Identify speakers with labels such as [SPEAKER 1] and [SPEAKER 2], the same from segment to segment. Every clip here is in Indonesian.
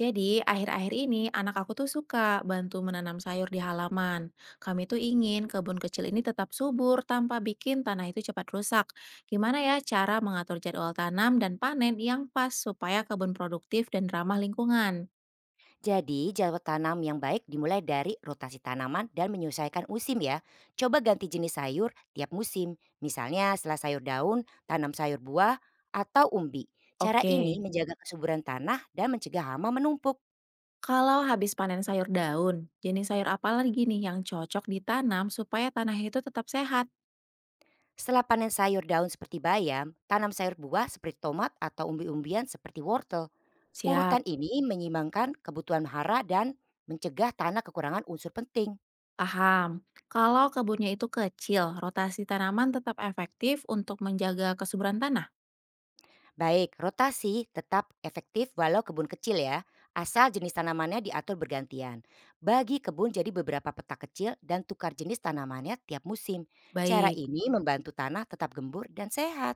[SPEAKER 1] Jadi, akhir-akhir ini anak aku tuh suka bantu menanam sayur di halaman. Kami tuh ingin kebun kecil ini tetap subur tanpa bikin tanah itu cepat rusak. Gimana ya cara mengatur jadwal tanam dan panen yang pas supaya kebun produktif dan ramah lingkungan?
[SPEAKER 2] Jadi, jadwal tanam yang baik dimulai dari rotasi tanaman dan menyesuaikan musim ya. Coba ganti jenis sayur tiap musim. Misalnya setelah sayur daun, tanam sayur buah, atau umbi. Cara ini
[SPEAKER 1] Oke,
[SPEAKER 2] menjaga kesuburan tanah dan mencegah hama menumpuk.
[SPEAKER 1] kalau habis panen sayur daun, jenis sayur apa lagi nih yang cocok ditanam supaya tanah itu tetap sehat?
[SPEAKER 2] Setelah panen sayur daun seperti bayam, tanam sayur buah seperti tomat atau umbi-umbian seperti wortel.
[SPEAKER 1] Siap,
[SPEAKER 2] Urutan ini menyimbangkan kebutuhan hara dan mencegah tanah kekurangan unsur penting.
[SPEAKER 1] paham. Kalau kebunnya itu kecil, rotasi tanaman tetap efektif untuk menjaga kesuburan tanah.
[SPEAKER 2] Baik, rotasi tetap efektif walau kebun kecil ya, asal jenis tanamannya diatur bergantian. Bagi kebun jadi beberapa petak kecil dan tukar jenis tanamannya tiap musim. Cara
[SPEAKER 1] Baik,
[SPEAKER 2] ini membantu tanah tetap gembur dan sehat.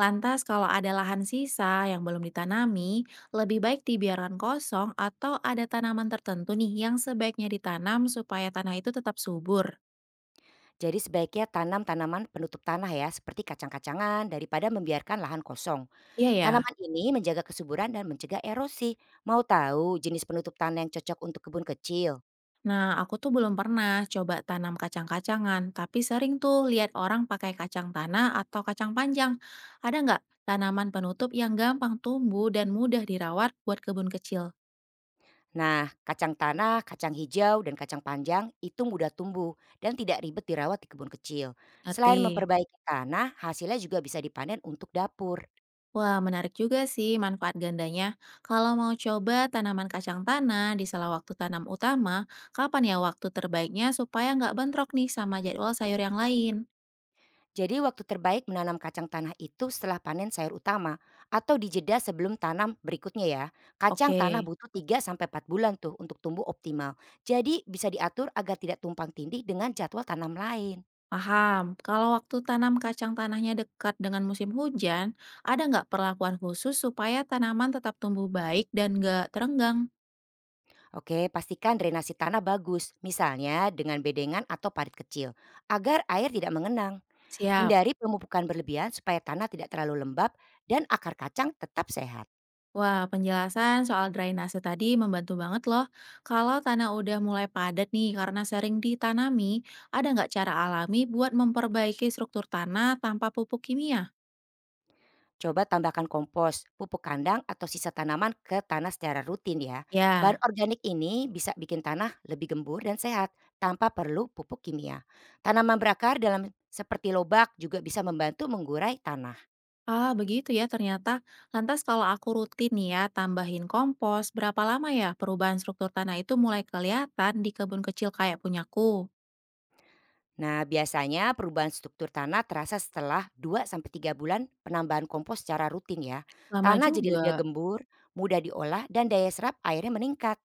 [SPEAKER 1] lantas kalau ada lahan sisa yang belum ditanami, lebih baik dibiarkan kosong atau ada tanaman tertentu nih yang sebaiknya ditanam supaya tanah itu tetap subur.
[SPEAKER 2] Jadi sebaiknya tanam tanaman penutup tanah ya, seperti kacang-kacangan daripada membiarkan lahan kosong.
[SPEAKER 1] Iya ya.
[SPEAKER 2] Tanaman ini menjaga kesuburan dan mencegah erosi. Mau tahu jenis penutup tanah yang cocok untuk kebun kecil?
[SPEAKER 1] Nah, aku tuh belum pernah coba tanam kacang-kacangan, tapi sering tuh lihat orang pakai kacang tanah atau kacang panjang. Ada nggak tanaman penutup yang gampang tumbuh dan mudah dirawat buat kebun kecil?
[SPEAKER 2] Nah, kacang tanah, kacang hijau, dan kacang panjang itu mudah tumbuh dan tidak ribet dirawat di kebun kecil.
[SPEAKER 1] Ngerti?
[SPEAKER 2] Selain memperbaiki tanah, hasilnya juga bisa dipanen untuk dapur.
[SPEAKER 1] Wah, menarik juga sih manfaat gandanya. Kalau mau coba tanaman kacang tanah di sela waktu tanam utama, kapan ya waktu terbaiknya supaya nggak bentrok nih sama jadwal sayur yang lain?
[SPEAKER 2] Jadi waktu terbaik menanam kacang tanah itu setelah panen sayur utama atau di jeda sebelum tanam berikutnya ya. Kacang tanah
[SPEAKER 1] Oke,
[SPEAKER 2] butuh 3 sampai 4 bulan tuh untuk tumbuh optimal. Jadi bisa diatur agar tidak tumpang tindih dengan jadwal tanam lain.
[SPEAKER 1] paham. Kalau waktu tanam kacang tanahnya dekat dengan musim hujan, ada nggak perlakuan khusus supaya tanaman tetap tumbuh baik dan nggak terenggang?
[SPEAKER 2] Oke, pastikan drainasi tanah bagus, misalnya dengan bedengan atau parit kecil agar air tidak mengenang.
[SPEAKER 1] Siap.
[SPEAKER 2] Hindari pemupukan berlebihan supaya tanah tidak terlalu lembab dan akar kacang tetap sehat.
[SPEAKER 1] Wah, penjelasan soal drainase tadi membantu banget loh. Kalau tanah udah mulai padat nih karena sering ditanami, ada nggak cara alami buat memperbaiki struktur tanah tanpa pupuk kimia?
[SPEAKER 2] Coba tambahkan kompos, pupuk kandang, atau sisa tanaman ke tanah secara rutin ya. Bahan
[SPEAKER 1] Ya,
[SPEAKER 2] organik ini bisa bikin tanah lebih gembur dan sehat tanpa perlu pupuk kimia. Tanaman berakar dalam seperti lobak juga bisa membantu menggurai tanah.
[SPEAKER 1] ah begitu ya ternyata. Lantas kalau aku rutin nih ya tambahin kompos, berapa lama ya perubahan struktur tanah itu mulai kelihatan di kebun kecil kayak punyaku?
[SPEAKER 2] Nah biasanya perubahan struktur tanah terasa setelah 2 sampai 3 bulan penambahan kompos secara rutin ya.
[SPEAKER 1] Lama
[SPEAKER 2] Tanah jadi lebih
[SPEAKER 1] juga.
[SPEAKER 2] gembur, mudah diolah, dan daya serap airnya meningkat.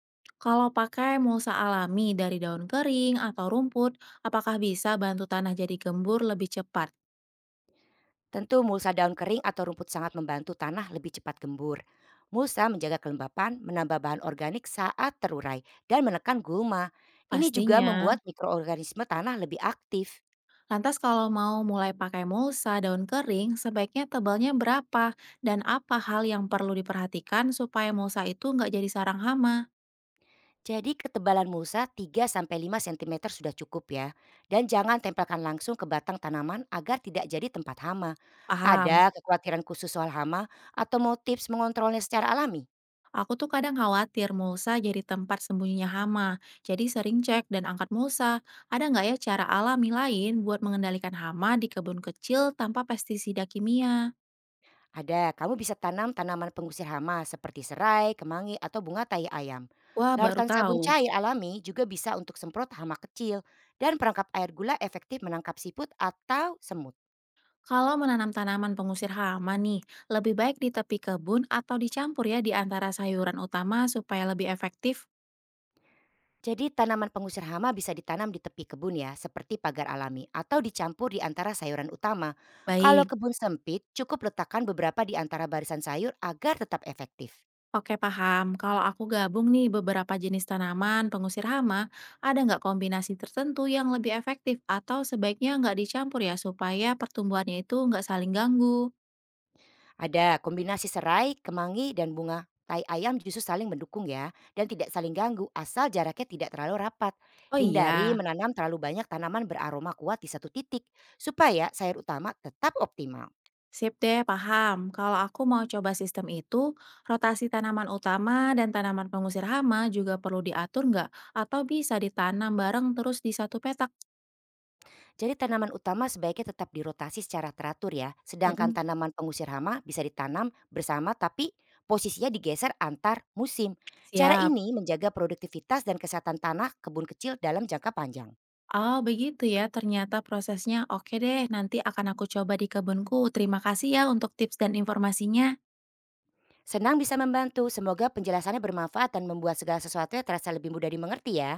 [SPEAKER 1] Kalau pakai mulsa alami dari daun kering atau rumput, apakah bisa bantu tanah jadi gembur lebih cepat?
[SPEAKER 2] Tentu mulsa daun kering atau rumput sangat membantu tanah lebih cepat gembur. Mulsa menjaga kelembapan, menambah bahan organik saat terurai, dan menekan gulma. Ini juga
[SPEAKER 1] Pastinya.
[SPEAKER 2] membuat mikroorganisme tanah lebih aktif.
[SPEAKER 1] Lantas kalau mau mulai pakai mulsa daun kering, sebaiknya tebalnya berapa? Dan apa hal yang perlu diperhatikan supaya mulsa itu nggak jadi sarang hama?
[SPEAKER 2] Jadi ketebalan mulsa 3 sampai 5 sentimeter sudah cukup ya. Dan jangan tempelkan langsung ke batang tanaman agar tidak jadi tempat hama.
[SPEAKER 1] Paham.
[SPEAKER 2] Ada kekhawatiran khusus soal hama atau mau tips mengontrolnya secara alami?
[SPEAKER 1] Aku tuh kadang khawatir mulsa jadi tempat sembunyinya hama. Jadi sering cek dan angkat mulsa. Ada nggak ya cara alami lain buat mengendalikan hama di kebun kecil tanpa pestisida kimia?
[SPEAKER 2] Ada, kamu bisa tanam tanaman pengusir hama seperti serai, kemangi, atau bunga tai ayam.
[SPEAKER 1] Wah, baru
[SPEAKER 2] Larutan
[SPEAKER 1] tahu.
[SPEAKER 2] sabun cair alami juga bisa untuk semprot hama kecil dan perangkap air gula efektif menangkap siput atau semut.
[SPEAKER 1] Kalau menanam tanaman pengusir hama nih, lebih baik di tepi kebun atau dicampur ya di antara sayuran utama supaya lebih efektif.
[SPEAKER 2] Jadi tanaman pengusir hama bisa ditanam di tepi kebun ya, seperti pagar alami atau dicampur di antara sayuran utama. Kalau
[SPEAKER 1] Baik,
[SPEAKER 2] kebun sempit, cukup letakkan beberapa di antara barisan sayur agar tetap efektif.
[SPEAKER 1] oke paham. Kalau aku gabung nih beberapa jenis tanaman pengusir hama, ada nggak kombinasi tertentu yang lebih efektif atau sebaiknya nggak dicampur ya supaya pertumbuhannya itu nggak saling ganggu?
[SPEAKER 2] Ada, kombinasi serai, kemangi, dan bunga tai ayam justru saling mendukung ya, dan tidak saling ganggu asal jaraknya tidak terlalu rapat.
[SPEAKER 1] Oh
[SPEAKER 2] Hindari
[SPEAKER 1] iya.
[SPEAKER 2] menanam terlalu banyak tanaman beraroma kuat di satu titik, supaya sayur utama tetap optimal.
[SPEAKER 1] Sip deh, paham. Kalau aku mau coba sistem itu, rotasi tanaman utama dan tanaman pengusir hama juga perlu diatur nggak? Atau bisa ditanam bareng terus di satu petak?
[SPEAKER 2] Jadi tanaman utama sebaiknya tetap dirotasi secara teratur ya, sedangkan
[SPEAKER 1] Mm-mm.
[SPEAKER 2] tanaman pengusir hama bisa ditanam bersama tapi posisinya digeser antar musim. Cara
[SPEAKER 1] Siap.
[SPEAKER 2] ini menjaga produktivitas dan kesehatan tanah kebun kecil dalam jangka panjang.
[SPEAKER 1] Oh, begitu ya. Ternyata prosesnya oke deh. Nanti akan aku coba di kebunku. Terima kasih ya untuk tips dan informasinya.
[SPEAKER 2] Senang bisa membantu, semoga penjelasannya bermanfaat dan membuat segala sesuatunya terasa lebih mudah dimengerti ya.